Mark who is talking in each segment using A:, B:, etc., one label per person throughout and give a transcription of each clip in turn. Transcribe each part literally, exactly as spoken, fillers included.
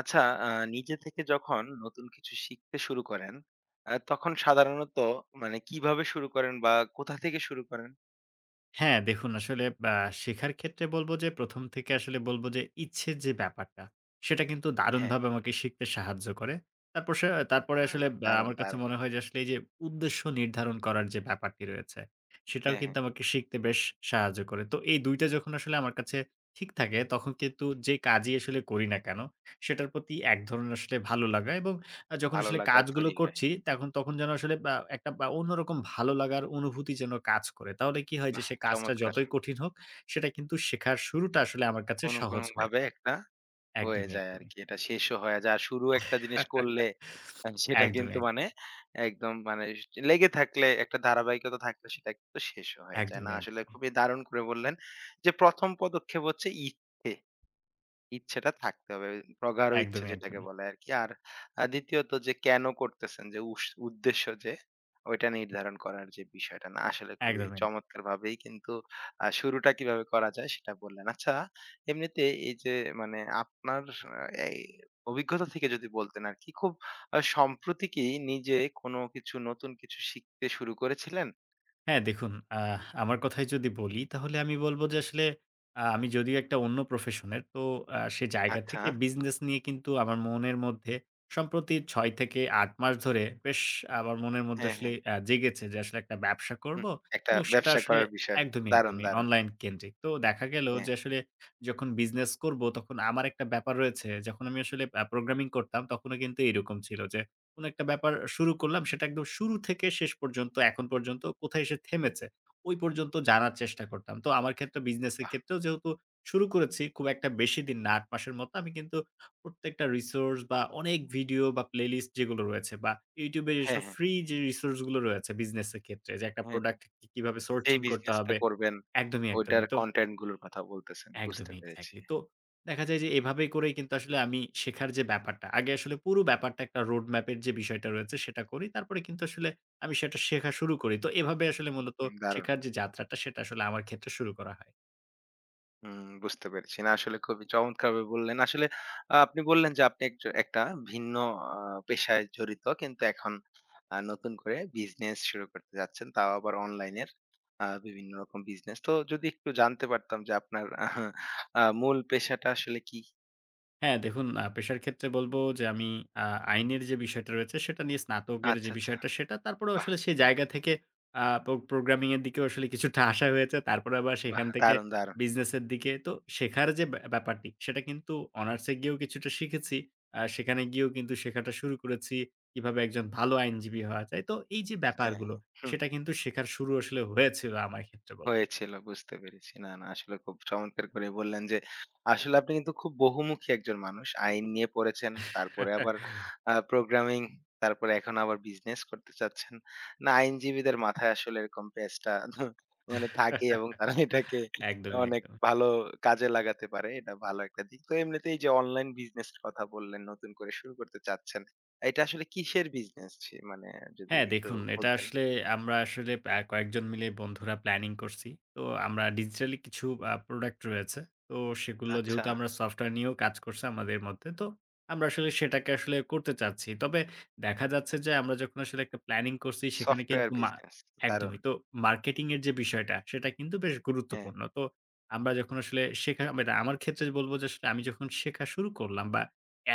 A: আচ্ছা। আহ, নিজে থেকে যখন নতুন কিছু শিখতে শুরু করেন। আহ, তখন সাধারণত মানে কিভাবে শুরু করেন বা কোথা থেকে শুরু করেন?
B: হ্যাঁ, দেখুন আসলে আ শেখার ক্ষেত্রে বলব যে প্রথম থেকে আসলে বলব যে ইচ্ছের যে ব্যাপারটা, সেটা কিন্তু
A: হ্যাঁ।
B: দারুণভাবে আমাকে শিখতে সাহায্য করে। তারপর সে তারপরে
A: আহ,
B: আসলে আ
A: দারুণ
B: আমার কাছে
A: দারুণ।
B: মনে হয় যে আসলে এই যে উদ্দেশ্য নির্ধারণ করার যে ব্যাপারটি রয়েছে, সেটাও
A: হ্যাঁ হ্যাঁ।
B: কিন্তু আমাকে শিখতে বেশ সাহায্য করে। তো এই দুই টা যখন আসলে আমার কাছে ঠিক থাকে, তখন কিন্তু যে কাজই আসলে করি না কেন, সেটার প্রতি এক ধরনের আসলে ভালো লাগা এবং আ যখন
A: ভালো
B: আসলে
A: লাগা
B: কাজগুলো
A: তৈরি হয়।
B: করছি, তখন তখন যেন আসলে বা একটা বা অন্যরকম ভালো লাগার অনুভূতি যেন কাজ করে। তাহলে কি হয় যে,
A: বাহ
B: সে কাজটা
A: চমৎকার।
B: যতই কঠিন হোক, সেটা কিন্তু শেখার শুরুটা আসলে আমার কাছে
A: কোনো কোনো
B: সহজ হয়।
A: ভাবে একটা হয়ে
B: একদমই,
A: যায় আর
B: একদমই।
A: কি, এটা শেষও হয়ে যায় আর শুরু একটা জিনিস করলে আহ, সেটা
B: একদমই,
A: কিন্তু
B: একদমই।
A: মানে একদম মানে লেগে থাকলে একটা ধারাবাহিকতা থাকলে সেটা কিন্তু শেষ হয়ে যায় না।
B: একদমই,
A: আসলে
B: একদমই।
A: খুবই দারুণ করে বললেন যে প্রথম পদক্ষেপ হচ্ছে ইচ্ছে, ইচ্ছেটা থাকতে হবে। প্রগাঢ় ইচ্ছে
B: একদমই,
A: যেটাকে
B: একদমই।
A: বলে আরকি। আর আ দ্বিতীয়ত যে কেন করতেছেন, যে উস উদ্দেশ্য যে ওইটা নির্ধারণ করার যে বিষয়টা না আসলে খুবই
B: একদমই।
A: চমৎকারভাবেই কিন্তু আ শুরুটা কিভাবে করা যায় সেটা বললেন। আচ্ছা, এমনিতে এই যে মানে আপনার আ এই অভিজ্ঞতা থেকে যদি বলতেন আরকি, খুব আ সম্প্রতি কি নিজে কোনো কিছু, নতুন কিছু শিখতে শুরু করেছিলেন?
B: হ্যাঁ, দেখুন আহ আমার কথাই যদি বলি তাহলে আমি বলব যে আসলে আ আমি যদিও একটা অন্য প্রফেশনের। তো আ সে জায়গা
A: আচ্ছা।
B: থেকে বিজনেস নিয়ে কিন্তু আমার মনের মধ্যে সম্প্রতি ছয় থেকে আট মাস ধরে বেশ আমার মনের মধ্যে
A: হ্যাঁ,
B: আসলে
A: হ্যাঁ।
B: আ জেগেছে যে আসলে একটা ব্যবসা করব
A: হুম। একটা
B: এবং সেটা
A: ব্যবসা
B: আসলে
A: করার বিষয়।
B: একদমই,
A: দারুণ,
B: একদমই
A: দারুণ।
B: অনলাইন কেন্দ্রিক। তো দেখা গেল
A: হ্যাঁ,
B: যে আসলে যখন বিজনেস করব তখন আমার একটা ব্যাপার রয়েছে। যখন আমি আসলে আ প্রোগ্রামিং করতাম তখনও কিন্তু এরকম ছিল যে কোনো একটা ব্যাপার শুরু করলাম সেটা একদম শুরু থেকে শেষ পর্যন্ত এখন পর্যন্ত কোথায় এসে থেমেছে, ওই পর্যন্ত জানার চেষ্টা করতাম। তো আমার ক্ষেত্রে বিজনেসের
A: বাহ!
B: ক্ষেত্রেও যেহেতু শুরু করেছি খুব একটা বেশি দিন না, আট মাসের মতো। আমি কিন্তু প্রত্যেকটা রিসোর্স বা অনেক ভিডিও বা প্লেলিস্ট যেগুলো রয়েছে বা YouTube এ
A: হ্যাঁ,
B: যেসব
A: হ্যাঁ,
B: ফ্রি যে রিসোর্স গুলো রয়েছে বিজনেসের ক্ষেত্রে যে একটা
A: হ্যাঁ।
B: প্রোডাক্ট কিভাবে
A: যেই
B: সোর্সিং করতে
A: বিজনেসটা
B: হবে।
A: করবেন
B: একদমই,
A: ওইটার
B: একদমই। তো
A: কনটেন্ট গুলোর কথা বলতেছেন। বুঝতে
B: একদমই
A: পেরেছি।
B: এক্সাক্টলি। তো দেখা যায় যে এভাবে করেই কিন্তু আসলে আমি শেখার যে ব্যাপারটা, আগে আসলে পুরো ব্যাপারটা একটা রোড ম্যাপ এর যে বিষয়টা রয়েছে সেটা করি। তারপরে কিন্তু আসলে আমি সেটা শেখা শুরু করি। তো এভাবে আসলে মূলত
A: হুম, দারুণ!
B: শেখার যে যাত্রাটা সেটা আসলে আমার ক্ষেত্রে শুরু করা হয়।
A: হুম, বুঝতে পেরেছি। না আসলে খুবই চমৎকারভাবে বললেন। আসলে আ আপনি বললেন যে আপনি একজ একটা ভিন্ন আ পেশায় জড়িত কিন্তু এখন আ নতুন করে বিজনেস শুরু করতে যাচ্ছেন। তাও আবার অনলাইনের আ বিভিন্ন রকম বিজনেস। তো যদি একটু জানতে পারতাম যে আপনার আ মূল পেশাটা আসলে কি?
B: হ্যাঁ, দেখুন আ পেশার ক্ষেত্রে বলব যে আমি আ আইনের যে বিষয়টা রয়েছে সেটা নিয়ে স্নাতকের
A: আচ্ছা,
B: যে
A: আচ্ছা।
B: বিষয়টা সেটা। তারপরেও
A: বাহ!
B: আসলে সেই জায়গা থেকে আ প্রো প্রোগ্রামিং এর দিকেও আসলে কিছুটা আসা হয়েছে। তারপরে আবার
A: বাহ!
B: সেখান থেকে
A: দারুণ, দারুণ।
B: বিজনেস এর দিকে। তো শেখার যে ব্যা ব্যাপারটি সেটা কিন্তু অনার্স এ গিয়েও কিছুটা শিখেছি। আ সেখানে গিয়েও কিন্তু শেখাটা শুরু করেছি কিভাবে একজন ভালো আইনজীবী হওয়া যায়। তো এই যে
A: হ্যাঁ, হ্যাঁ।
B: ব্যাপারগুলো,
A: হুম।
B: সেটা কিন্তু শেখার শুরু আসলে হয়েছিল আমার ক্ষেত্রে বলব।
A: হয়েছিল, বুঝতে পেরেছি। না, না আসলে খুব চমৎকার করে বললেন যে, আসলে আপনি কিন্তু খুব বহুমুখী একজন মানুষ। আইন নিয়ে পড়েছেন, তারপরে আবার আ প্রোগ্রামিং, তারপরে এখন আবার বিজনেস করতে চাচ্ছেন। না, আইনজীবীদের মাথায় আসলে এরকম পেঁচটা মানে থাকে এবং তারা এটাকে
B: একদমই,
A: অনেক
B: একদমই।
A: ভালো কাজে লাগাতে পারে। এটা ভালো একটা দিক। তো এমনিতেই যে অনলাইন বিজনেস এর কথা বললেন, নতুন করে শুরু করতে চাচ্ছেন। এটা আসলে কিসের বিজনেস? ছি মানে যদি
B: হ্যাঁ,
A: একটু
B: দেখুন এটা
A: বলতেন?
B: আসলে আমরা আসলে আ কয়েকজন মিলে বন্ধুরা প্ল্যানিং করছি। তো আমরা ডিজিটালি কিছু আ প্রোডাক্ট রয়েছে। তো সেগুলো
A: আচ্ছা,
B: যেহেতু আমরা সফটওয়্যার নিয়েও কাজ করছে আমাদের মধ্যে। তো আমরা আসলে সেটাকে আসলে করতে চাচ্ছি। তবে দেখা যাচ্ছে যে আমরা যখন আসলে একটা প্ল্যানিং করছি সেখানে
A: সফটওয়্যার
B: কিন্তু মা
A: বিজনেস। দারুণ।
B: একদমই। তো মার্কেটিং এর যে বিষয়টা সেটা কিন্তু বেশ
A: হ্যাঁ,
B: গুরুত্বপূর্ণ। তো আমরা যখন আসলে শেখা মানে আমার ক্ষেত্রে বলব যে আসলে আমি যখন শেখা শুরু করলাম বা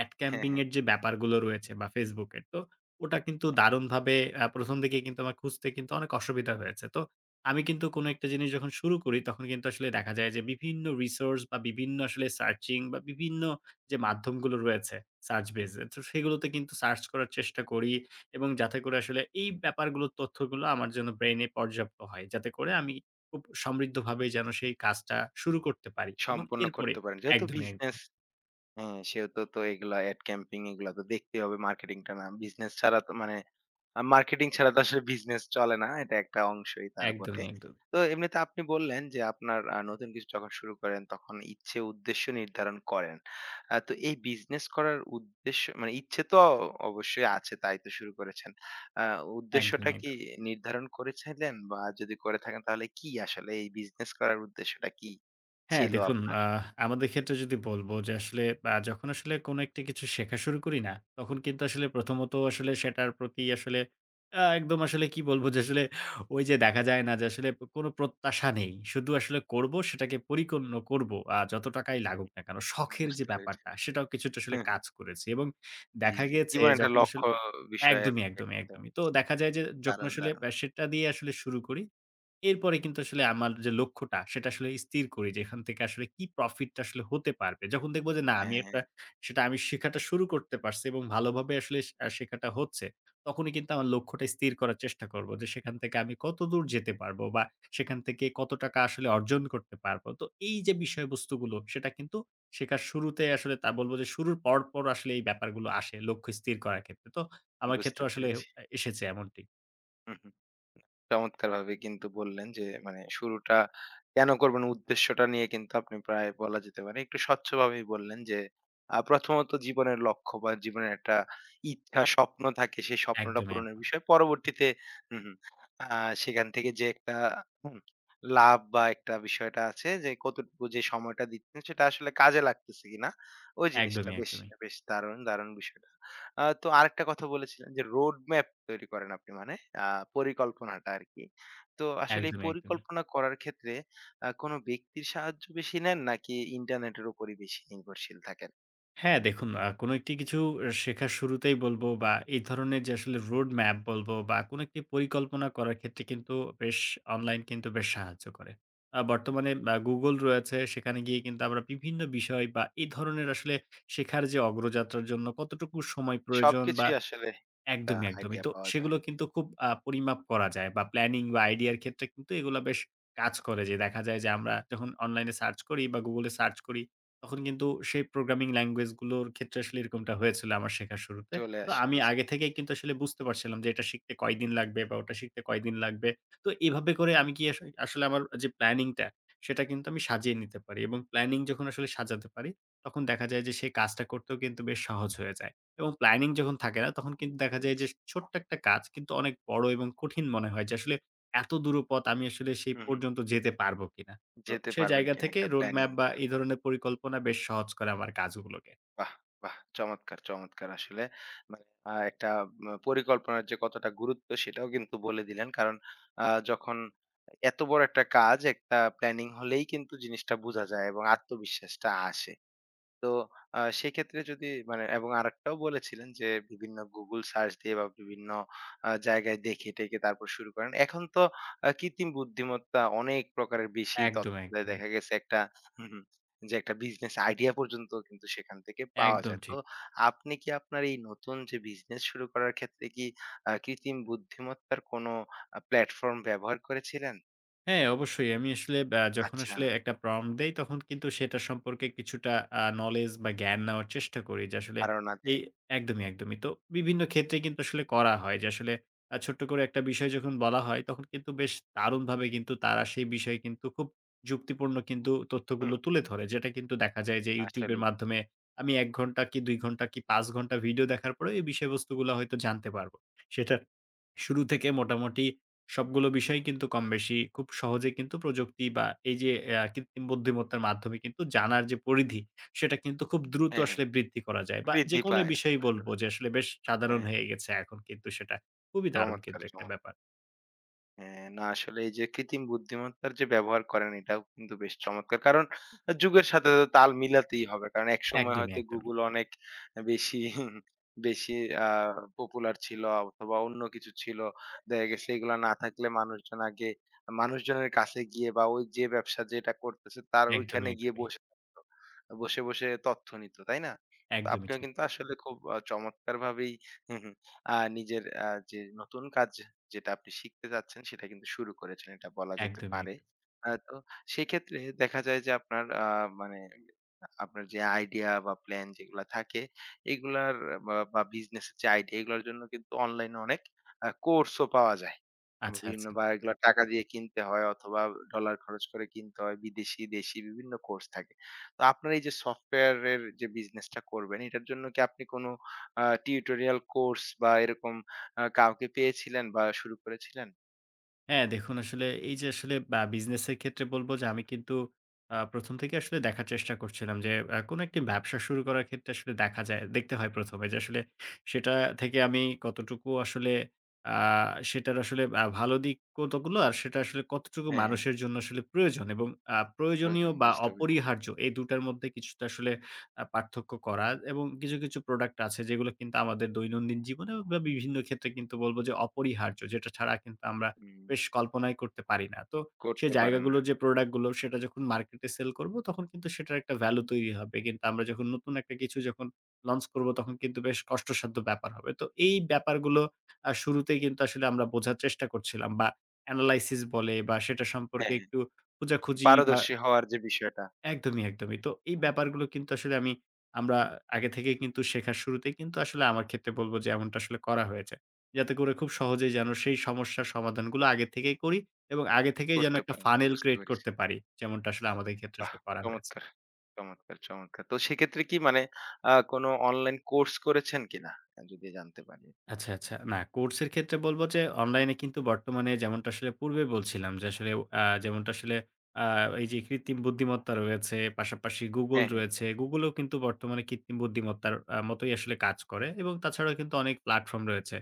B: এড
A: হ্যাঁ,
B: ক্যাম্পিং
A: হ্যাঁ।
B: এর যে ব্যাপারগুলো রয়েছে বা Facebook এর, তো ওটা কিন্তু দারুণভাবে আ প্রথম দিকে কিন্তু আমার খুঁজতে কিন্তু অনেক অসুবিধা হয়েছে। তো আমি কিন্তু কোনো একটা জিনিস যখন শুরু করি, তখন কিন্তু আসলে দেখা যায় যে বিভিন্ন রিসোর্স বা বিভিন্ন আসলে সার্চিং বা বিভিন্ন যে মাধ্যমগুলো রয়েছে সার্চ বেস এ, তো সেগুলোতে কিন্তু সার্চ করার চেষ্টা করি এবং যাতে করে আসলে এই ব্যাপারগুলোর তথ্যগুলো আমার জন্য ব্রেইনে পর্যাপ্ত হয়। যাতে করে আমি খুব সমৃদ্ধভাবে যেন সেই কাজটা শুরু করতে পারি এবং
A: সম্পন্ন
B: এরপরে
A: করতে পারেন। যেহেতু
B: একদমই, একদমই।
A: বিজনেস, হ্যাঁ, সেও তো, তো এগুলা এড ক্যাম্পিং এগুলা তো দেখতেই হবে, মার্কেটিংটা না। বিজনেস ছাড়া তো মানে আ মার্কেটিং ছাড়া তো আসলে বিজনেস চলে না। এটা একটা অংশই তার বটে।
B: একদমই, একদমই।
A: তো এমনিতে আপনি বললেন যে আপনার আ নতুন কিছু যখন শুরু করেন তখন ইচ্ছে উদ্দেশ্য নির্ধারণ করেন। আ তো এই বিজনেস করার উদ্দেশ্য মানে ইচ্ছে তো অবশ্যই আছে, তাই তো শুরু করেছেন। আ উদ্দেশ্যটা
B: একদমই, একদমই।
A: কি নির্ধারণ করেছিলেন? বা যদি করে থাকেন তাহলে কি আসলে এই বিজনেস করার উদ্দেশ্যটা কি
B: হ্যাঁ,
A: ছিল
B: দেখুন
A: আপনার?
B: আ আমাদের ক্ষেত্রে যদি বলব যে আসলে আ যখন আসলে কোন একটি কিছু শেখা শুরু করি না, তখন কিন্তু আসলে প্রথমত আসলে সেটার প্রতি আসলে আ একদম আসলে কি বলবো যে আসলে ওই যে দেখা যায় না যে আসলে কোনো প্রত্যাশা নেই। শুধু আসলে করব সেটাকে পরিপূর্ণ করব। আ যত টাকাই লাগুক না কেন, শখের যে
A: বুঝতে পেরেছি।
B: ব্যাপারটা সেটাও কিছুটা আসলে কাজ করেছে এবং
A: জি,
B: দেখা
A: জি।
B: গিয়েছে
A: জীবনে একটা
B: যখন
A: লক্ষ্য,
B: আসলে
A: বিষয়ের
B: একদমই, একদমই,
A: একটা
B: একদমই। তো দেখা যায় যে যখন
A: দারুণ,
B: আসলে
A: দারুণ।
B: আ সেটা দিয়ে আসলে শুরু করি, এরপরে কিন্তু আসলে আমার যে লক্ষ্যটা সেটা আসলে স্থির করি যে এখান থেকে আসলে কি প্রফিটটা আসলে হতে পারবে। যখন দেখব যে না, আমি
A: হ্যাঁ,
B: একটা
A: হ্যাঁ,
B: সেটা আমি শেখাটা শুরু করতে পারছি এবং ভালোভাবে আসলে সে আ শেখাটা হচ্ছে, তখনই কিন্তু আমার লক্ষ্যটা স্থির করার চেষ্টা করব যে সেখান থেকে আমি কতদূর যেতে পারবো বা সেখান থেকে কত টাকা আসলে অর্জন করতে পারবো। তো এই যে বিষয়বস্তুগুলো, সেটা কিন্তু শেখার শুরুতে আসলে তা বলব যে শুরুর পর, পর আসলে এই ব্যাপারগুলো আসে লক্ষ্য স্থির করার ক্ষেত্রে। তো আমার
A: বুঝতে
B: ক্ষেত্রেও আসলে এ
A: পেরেছি।
B: এসেছে এমনটি।
A: চমৎকারভাবে কিন্তু বললেন যে মানে শুরুটা কেন করবেন উদ্দেশ্যটা নিয়ে কিন্তু আপনি প্রায় বলা যেতে পারে একটু স্বচ্ছভাবেই বললেন যে আহ, প্রথমত জীবনের লক্ষ্য বা জীবনের একটা ইচ্ছা, স্বপ্ন থাকে, সেই স্বপ্নটা
B: একদমই,
A: পূরণের
B: একদমই।
A: বিষয় পরবর্তীতে। হম হম, আহ, সেখান থেকে যে একটা হুম, লাভ বা একটা বিষয়টা আছে যে কতটুকু যে সময়টা দিচ্ছেন সেটা আসলে কাজে লাগতেছে কিনা, ওই জিনিসটা
B: একদমই,
A: বেশ,
B: একদমই।
A: বেশ দারুণ দারুণ বিষয়টা। আ তো আরেকটা কথা বলেছিলেন যে রোড ম্যাপ তৈরি করেন আপনি, মানে আ পরিকল্পনাটা আরকি। তো আসলে এই
B: একদমই, একদমই।
A: পরিকল্পনা করার ক্ষেত্রে আ কোনো ব্যক্তির সাহায্য বেশি নেন নাকি ইন্টারনেটের উপরই বেশি নির্ভরশীল থাকেন?
B: হ্যাঁ, দেখুন আ কোনো একটি কিছু শেখার শুরুতেই বলবো বা এই ধরনের যে আসলে রোড ম্যাপ বলবো বা কোনো একটি পরিকল্পনা করার ক্ষেত্রে কিন্তু বেশ অনলাইন কিন্তু বেশ সাহায্য করে। আ বর্তমানে আ Google রয়েছে, সেখানে গিয়ে কিন্তু আমরা বিভিন্ন বিষয় বা এই ধরনের আসলে শেখার যে অগ্রযাত্রার জন্য কতটুকু সময় প্রয়োজন বা
A: সবকিছুই আসলে একটা
B: একদমই, একদমই।
A: আইডিয়া
B: তো
A: পাওয়া যায়।
B: সেগুলো কিন্তু খুব আ পরিমাপ করা যায় বা প্ল্যানিং বা আইডিয়ার ক্ষেত্রে কিন্তু এগুলা বেশ কাজ করে। যে দেখা যায় যে আমরা যখন অনলাইনে সার্চ করি বা Google এ সার্চ করি, তখন কিন্তু সেই প্রোগ্রামিং ল্যাঙ্গুয়েজ গুলোর ক্ষেত্রে আসলে এরকমটা হয়েছিল আমার শেখার শুরুতে।
A: চলে
B: তো
A: আসে,
B: আমি
A: বুঝতে
B: আগে থেকেই
A: পেরেছি,
B: কিন্তু আসলে বুঝতে পারছিলাম যে এটা শিখতে কয়দিন লাগবে বা ওটা শিখতে কয়দিন লাগবে। তো এভাবে করে আমি কি আস আসলে আমার যে প্ল্যানিংটা সেটা কিন্তু আমি সাজিয়ে নিতে পারি এবং প্ল্যানিং যখন আসলে সাজাতে পারি, তখন দেখা যায় যে সেই কাজটা করতেও কিন্তু বেশ সহজ হয়ে যায়। এবং প্ল্যানিং যখন থাকে না, তখন কিন্তু
A: বুঝতে
B: দেখা যায় যে
A: পেরেছি।
B: ছোট্ট একটা কাজ কিন্তু অনেক বড় এবং কঠিন মনে হয় যে আসলে এত দূর পথ আমি আসলে সেই
A: হুম, হুম।
B: পর্যন্ত যেতে পারব কিনা। তো
A: যেতে
B: সে
A: পারবেন
B: জায়গা
A: কিনা,
B: থেকে
A: একটা
B: রোড ম্যাপ বা
A: প্ল্যানিংটা।
B: এই ধরনের পরিকল্পনা বেশ সহজ করে আমার কাজগুলোকে।
A: বাহ! বাহ! চমৎকার, চমৎকার আসলে। মানে আ একটা ম পরিকল্পনার যে কতটা গুরুত্ব সেটাও কিন্তু বলে দিলেন। কারণ আ যখন এত বড় একটা কাজ, একটা প্ল্যানিং হলেই কিন্তু জিনিসটা বুঝা যায় এবং আত্মবিশ্বাসটা আসে। তো আ সেক্ষেত্রে যদি মানে এবং আরেকটাও বলেছিলেন যে, বিভিন্ন Google সার্চ দিয়ে বা বিভিন্ন আ জায়গায় দেখে-টেখে তারপর শুরু করেন। এখন তো আ কৃত্রিম বুদ্ধিমত্তা অনেক প্রকারের বেশি
B: একদম,
A: তথ্য দেয়।
B: একদম।
A: দেখা গেছে একটা হুম, যে একটা বিজনেস আইডিয়া পর্যন্ত কিন্তু সেখান থেকে পাওয়া
B: একদম
A: যায়। তো
B: ঠিক।
A: আপনি কি আপনার এই নতুন যে বিজনেস শুরু করার ক্ষেত্রে কি আ কৃত্রিম বুদ্ধিমত্তার কোনো আ প্ল্যাটফর্ম ব্যবহার করেছিলেন?
B: হ্যাঁ, অবশ্যই। আমি আসলে আ যখন
A: আচ্ছা,
B: আসলে একটা prompt দেই, তখন কিন্তু সেটা সম্পর্কে কিছুটা আ knowledge বা জ্ঞান নেওয়ার চেষ্টা করি যে আসলে
A: ধারণা
B: এই
A: দেয়।
B: একদমই, একদমই। তো বিভিন্ন ক্ষেত্রে কিন্তু আসলে করা হয় যে আসলে আ ছোট্ট করে একটা বিষয় যখন বলা হয়, তখন কিন্তু বেশ দারুণভাবে কিন্তু তারা সেই বিষয়ে কিন্তু খুব যুক্তিপূর্ণ কিন্তু
A: হুম,
B: তথ্যগুলো তুলে ধরে। যেটা কিন্তু দেখা যায় যে YouTube এর
A: আসলেই।
B: মাধ্যমে আমি এক ঘন্টা কি দুই ঘন্টা কি পাঁচ ঘন্টা ভিডিও দেখার পরেও এই বিষয়বস্তুগুলো হয়তো জানতে পারব। সেটার শুরু থেকে মোটামুটি সবগুলো বিষয় কিন্তু কমবেশি খুব সহজে কিন্তু প্রযুক্তি বা এই যে আ কৃত্রিম বুদ্ধিমত্তার মাধ্যমে কিন্তু জানার যে পরিধি, সেটা কিন্তু খুব দ্রুত
A: হ্যাঁ, হ্যাঁ।
B: আসলে বৃদ্ধি করা যায় বা
A: বৃদ্ধি
B: যেকোনো
A: পায়।
B: বিষয়ই
A: বুঝতে
B: বলব যে
A: পেরেছি।
B: আসলে বেশ সাধারণ
A: হ্যাঁ।
B: হয়ে গেছে এখন কিন্তু সেটা। খুবই দারুণ
A: চমৎকার,
B: কিন্তু একটা
A: চমৎকার।
B: ব্যাপার।
A: হ্যাঁ, না আসলে এই যে কৃত্রিম বুদ্ধিমত্তার যে ব্যবহার করেন এটাও কিন্তু বেশ চমৎকার। কারণ আ যুগের সাথে তো তাল মিলাতেই হবে। কারণ একসময়
B: একদমই,
A: হয়তো
B: একদমই।
A: Google অনেক বেশি, বেশি আ পপুলার ছিল অথবা অন্য কিছু ছিল। দেখা গেছে এগুলা না থাকলে মানুষজন আগে মানুষজনের কাছে গিয়ে বা ওই যে ব্যবসা যেটা করতেছে তার
B: একদমই,
A: ওইখানে গিয়ে
B: একদমই।
A: বসে থাকতো। বসে, বসে তথ্য নিত, তাই না? তো
B: একদমই
A: আপনিও
B: ঠিক।
A: কিন্তু আসলে খুব আ চমৎকারভাবেই আ নিজের আ যে নতুন কাজ যেটা আপনি শিখতে চাচ্ছেন সেটা কিন্তু শুরু করেছেন। এটা বলা যেতে
B: একদমই,
A: পারে।
B: একদমই।
A: আ তো সেক্ষেত্রে দেখা যায় যে আপনার আ মানে আপনার যে আইডিয়া বা প্ল্যান যেগুলা থাকে এগুলার বা, বা বিজনেস এর যে আইডিয়া এগুলার জন্য কিন্তু অনলাইনে অনেক আ কোর্সও পাওয়া যায়। আবার
B: আচ্ছা,
A: বিভিন্ন
B: আচ্ছা।
A: বা এগুলা টাকা দিয়ে কিনতে হয় অথবা ডলার খরচ করে কিনতে হয়। বিদেশি, দেশি বিভিন্ন কোর্স থাকে। তো আপনার এই যে সফটওয়্যার এর যে বিজনেসটা করবেন এটার জন্য কি আপনি কোনো আ টিউটোরিয়াল কোর্স বা এরকম আ কাউকে পেয়েছিলেন বা শুরু করেছিলেন?
B: হ্যাঁ, দেখুন আসলে এই যে আসলে বা বিজনেসের ক্ষেত্রে বলব যে আমি কিন্তু আ প্রথম থেকে আসলে দেখার চেষ্টা করছিলাম যে আ কোন একটি ব্যবসা শুরু করার ক্ষেত্রে আসলে দেখা যায় দেখতে হয় ১ম এ যে আসলে সেটা থেকে আমি কতটুকু আসলে আ সেটার আসলে আ ভালো দিক কতগুলো আর সেটা আসলে কতটুকু
A: হ্যাঁ, হ্যাঁ।
B: মানুষের জন্য আসলে প্রয়োজন এবং আ প্রয়োজনীয়
A: প্রয়োজন,
B: বা
A: বুঝতে পেরেছি।
B: অপরিহার্য এই দুই টার মধ্যে কিছুটা আসলে আ পার্থক্য করা এবং কিছু, কিছু প্রোডাক্ট আছে যেগুলো কিন্তু আমাদের দৈনন্দিন জীবনে বা বিভিন্ন ক্ষেত্রে কিন্তু বলব যে অপরিহার্য, যেটা ছাড়া কিন্তু আমরা
A: হুম,
B: বেশ কল্পনাই করতে পারি না। তো সে
A: করতে পারেন না।
B: জায়গাগুলোর যে প্রোডাক্ট গুলো সেটা যখন মার্কেটে সেল করব, তখন কিন্তু সেটার একটা ভ্যালু তৈরি হবে। কিন্তু আমরা যখন নতুন একটা কিছু যখন লঞ্চ করব তখন কিন্তু বেশ কষ্টসাধ্য ব্যাপার হবে। তো এই ব্যাপারগুলো আ শুরুতেই কিন্তু আসলে আমরা বোঝার চেষ্টা করছিলাম বা এনালাইসিস বলে বা সেটা
A: হ্যাঁ,
B: সম্পর্কে
A: হ্যাঁ।
B: একটু খোঁজাখুঁজি বা
A: পারদর্শী হওয়ার যে বিষয়টা
B: একদমই, একদমই। তো এই ব্যাপারগুলো কিন্তু আসলে আমি আমরা আগে থেকেই কিন্তু শেখার শুরুতেই কিন্তু আসলে আমার ক্ষেত্রে বলব যে এমনটা আসলে করা হয়েছে। যাতে করে খুব সহজেই যেন সেই সমস্যার সমাধানগুলো আগে থেকেই করি এবং আগে থেকেই যেন
A: করতে
B: একটা
A: পারেন।
B: ফানেল
A: বুঝতে
B: ক্রিয়েট
A: পেরেছি।
B: করতে পারি। যেমনটা আসলে আমাদের ক্ষেত্রে
A: বাহ!
B: আসলে করা হয়েছে।
A: চমৎকার, চমৎকার, চমৎকার। তো সেক্ষেত্রে কি মানে আ কোন অনলাইন কোর্স করেছেন কিনা? আহ, যদি জানতে পারি।
B: আচ্ছা, আচ্ছা। না, কোর্সের ক্ষেত্রে বলব যে অনলাইনে কিন্তু বর্তমানে যেমনটা আসলে পূর্বে বলছিলাম যে আসলে আ যেমনটা আসলে আ এই যে কৃত্রিম বুদ্ধিমত্তা রয়েছে, পাশাপাশি Google
A: হ্যাঁ, হ্যাঁ।
B: রয়েছে। Google ও কিন্তু বর্তমানে কৃত্রিম বুদ্ধিমত্তার আ মতোই আসলে কাজ করে এবং তাছাড়াও কিন্তু অনেক প্ল্যাটফর্ম রয়েছে।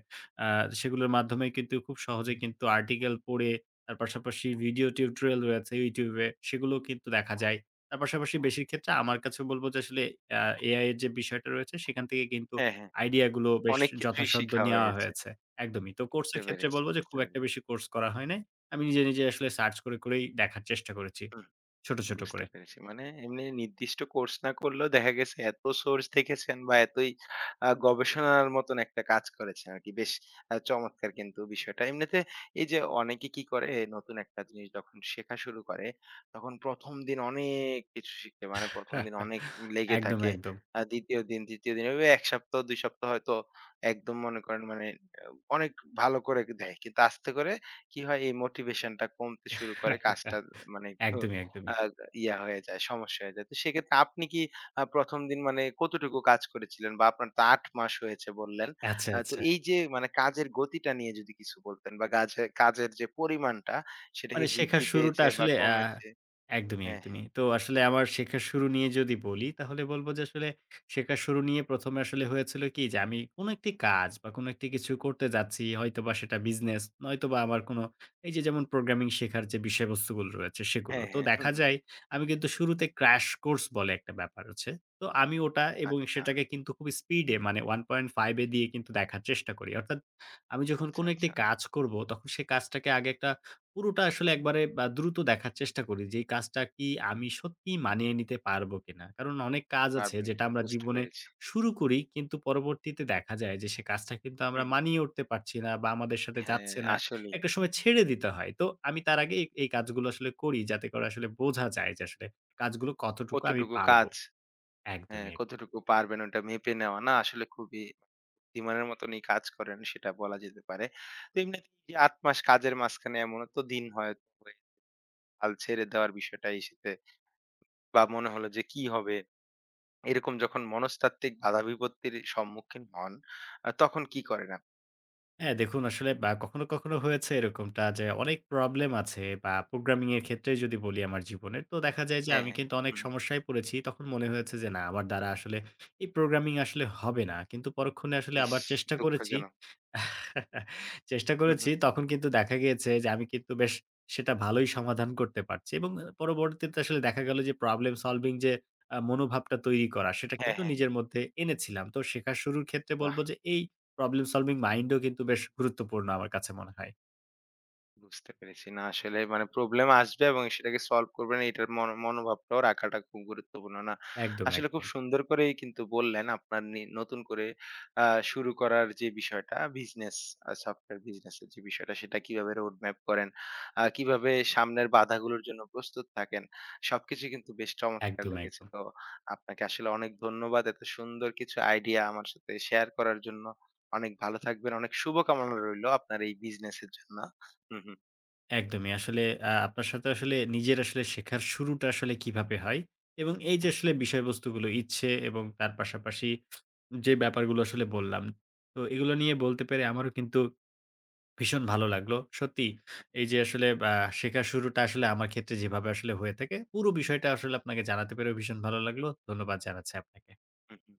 B: আ সেগুলোর মাধ্যমে কিন্তু খুব সহজে কিন্তু আর্টিকেল পড়ে, তার পাশাপাশি ভিডিও টিউটোরিয়াল রয়েছে YouTube এ, সেগুলোও কিন্তু দেখা যায়। তার পাশাপাশি বেশির ক্ষেত্রে আমার কাছে বলব যে আসলে আ এ আই এর যে বিষয়টা রয়েছে সেখান থেকে কিন্তু
A: হ্যাঁ, হ্যাঁ।
B: আইডিয়া গুলো বেশ
A: অনেক কিছুই
B: যথাসাধ্য
A: শিখা
B: নেওয়া
A: হয়েছে।
B: হয়েছে। একদমই। তো
A: বুঝতে
B: কোর্সের ক্ষেত্রে
A: পেরেছি,
B: বলব যে
A: বুঝতে
B: খুব একটা
A: পেরেছি।
B: বেশি কোর্স করা হয় নাই। আমি নিজে, নিজে আসলে সার্চ করে, করেই দেখার চেষ্টা করেছি। ছোট, ছোট
A: বুঝতে
B: করে।
A: পেরেছি। মানে এমনি নির্দিষ্ট কোর্স না করলেও দেখা গেছে এত সোর্স দেখেছেন বা এতই আ গবেষণার মতন একটা কাজ করেছেন আরকি। বেশ আ চমৎকার কিন্তু বিষয়টা। এমনিতে এই যে অনেকে কি করে নতুন একটা জিনিস যখন শেখা শুরু করে তখন প্রথম দিন অনেক কিছু শিখে, মানে প্রথম
B: হ্যাঁ,
A: দিন
B: হ্যাঁ।
A: অনেক লেগে
B: একদম,
A: থাকে।
B: একদম।
A: আ দ্বিতীয় দিন, তৃতীয় দিন, এভাবে এক সপ্তাহ দুই সপ্তাহ হয়তো একদম মনে করেন মানে আ অনেক ভালো করে দেয়। কিন্তু আস্তে করে কি হয়, এই মোটিভেশনটা কমতে শুরু করে, কাজটা মানে একটু
B: একদমই,
A: আ
B: একদমই।
A: ইয়া হয়ে যায়, সমস্যা হয়ে যায়। তো সেক্ষেত্রে আপনি কি আ প্রথম দিন মানে কতটুকু কাজ করেছিলেন? বা আপনার তো আট মাস হয়েছে বললেন।
B: আচ্ছা,
A: আ তো
B: আচ্ছা।
A: এই যে মানে কাজের গতিটা নিয়ে যদি কিছু বলতেন বা গাজে কাজের যে পরিমাণটা সেটা কি
B: মানে শেখার
A: বৃদ্ধি
B: শুরুটা
A: পেয়েছে বা
B: আসলে আ
A: কমেছে?
B: একদমই,
A: হ্যাঁ, হ্যাঁ।
B: একদমই। তো আসলে আমার শেখার শুরু নিয়ে যদি বলি, তাহলে বলব যে আসলে শেখার শুরু নিয়ে প্রথম এ আসলে হয়েছিল কি যে আমি কোন একটি কাজ বা কোন একটি কিছু করতে যাচ্ছি, হয়তোবা সেটা বিজনেস, নয়তোবা আমার কোন এই যে যেমন প্রোগ্রামিং শেখার যে বিষয়বস্তুগুলো রয়েছে সেগুলো।
A: হ্যাঁ,
B: তো
A: হ্যাঁ। হুম,
B: দেখা
A: হুম।
B: যায় আমি কিন্তু শুরুতে ক্র্যাশ কোর্স বলে একটা ব্যাপার আছে। তো আমি ওটা এবং
A: আচ্ছা,
B: সেটাকে কিন্তু খুব স্পিডে মানে ওয়ান পয়েন্ট ফাইভ এ দিয়ে কিন্তু দেখার চেষ্টা করি। অর্থাৎ আমি যখন
A: আচ্ছা,
B: কোন একটি
A: আচ্ছা।
B: কাজ করব, তখন সে কাজটাকে আগে একটা পুরোটা আসলে একবারে বা দ্রুত দেখার চেষ্টা করি যে এই কাজটা কি আমি সত্যিই মানিয়ে নিতে পারবো কিনা। কারণ অনেক কাজ আছে
A: পারবেন
B: যেটা
A: কিনা,
B: আমরা
A: বুঝতে
B: জীবনে
A: পেরেছি।
B: শুরু করি কিন্তু পরবর্তীতে দেখা যায় যে সে কাজটা কিন্তু আমরা
A: হুম।
B: মানিয়ে উঠতে পারছি না বা আমাদের সাথে
A: হ্যাঁ,
B: যাচ্ছে না।
A: আসলেই
B: একটা সময় ছেড়ে দিতে হয়। তো আমি তার আগে এই এই কাজগুলো আসলে করি যাতে করে আসলে বোঝা যায় যে আসলে কাজগুলো কতটুকু আমি
A: কতটুকু
B: পারবো।
A: কাজ। হ্যাঁ,
B: একদমই, একদমই।
A: কতটুকু পারবেন ওটা মেপে নেওয়া। না আসলে খুবই বুদ্ধিমানের মতনই কাজ করেন সেটা বলা যেতে পারে। তো এমনিতে এই যে আট মাস কাজের মাঝখানে এমনও তো দিন হয় হয়ে হাল ছেড়ে দেওয়ার বিষয়টা এসেছে বা মনে হলো যে কি হবে? এরকম যখন মনস্তাত্ত্বিক বাধা বিপত্তির সম্মুখীন হন, আ তখন কি করেন আপনি?
B: হ্যাঁ, দেখুন আসলে বা কখনো, কখনো হয়েছে এরকমটা যে অনেক প্রবলেম আছে বা প্রোগ্রামিং এর ক্ষেত্রে যদি বলি আমার জীবনের, তো দেখা যায় যে
A: হ্যাঁ,
B: আমি
A: হ্যাঁ।
B: কিন্তু অনেক
A: হুম,
B: সমস্যায় পড়েছি। তখন মনে হয়েছে যে না, আমার দ্বারা আসলে এই প্রোগ্রামিং আসলে হবে না। কিন্তু পরক্ষণে আসলে
A: ইস!
B: আবার চেষ্টা করেছি।
A: দুঃখজনক।
B: চেষ্টা
A: হুম,
B: করেছি,
A: হুম।
B: তখন কিন্তু দেখা গিয়েছে যে আমি কিন্তু বেশ সেটা ভালোই সমাধান করতে পারছি এবং আ পরবর্তীতে আসলে দেখা গেল যে প্রবলেম সলভিং যে আ মনোভাবটা তৈরি করা, সেটা
A: হ্যাঁ,
B: কিন্তু
A: হ্যাঁ।
B: নিজের মধ্যে এনেছিলাম। তো শেখা শুরুর ক্ষেত্রে
A: বাহ!
B: বলব যে এই প্রবলেম সলভিং মাইন্ডও কিন্তু বেশ গুরুত্বপূর্ণ আমার কাছে মনে হয়।
A: বুঝতে পেরেছি। না আসলে মানে প্রবলেম আসবে এবং সেটাকে সলভ করবেন, এটার মন মনোভাবটাও রাখাটা খুব গুরুত্বপূর্ণ। না,
B: একদম,
A: আসলে খুব
B: একদম।
A: সুন্দর করেই কিন্তু বললেন আপনার নি নতুন করে আ শুরু করার যে বিষয়টা, বিজনেস আ সফটওয়্যার বিজনেসের যে বিষয়টা, সেটা কিভাবে রোড ম্যাপ করেন, আ কিভাবে সামনের বাধাগুলোর জন্য প্রস্তুত থাকেন। সবকিছুই কিন্তু বেশ চমৎকার
B: একদম,
A: লেগেছে।
B: একদম।
A: তো আপনাকে আসলে অনেক ধন্যবাদ এত সুন্দর কিছু আইডিয়া আমার সাথে শেয়ার করার জন্য। অনেক ভালো থাকবেন। অনেক শুভকামনা রইলো আপনার এই বিজনেসের জন্য। হু, হু।
B: একদমই আসলে আ আপনার সাথে আসলে নিজের আসলে শেখার শুরুটা আসলে কিভাবে হয় এবং এই যে আসলে বিষয়বস্তুগুলো ইচ্ছে এবং তার পাশাপাশি যে ব্যাপারগুলো আসলে বললাম। তো এগুলো নিয়ে বলতে পেরে আমারও কিন্তু ভীষণ ভালো লাগলো। সত্যি এই যে আসলে আ শেখার শুরুটা আসলে আমার ক্ষেত্রে যেভাবে আসলে হয়ে থাকে, পুরো বিষয়টা আসলে আপনাকে জানাতে পেরেও ভীষণ ভালো লাগলো। ধন্যবাদ জানাচ্ছি আপনাকে।
A: হুম, হুম।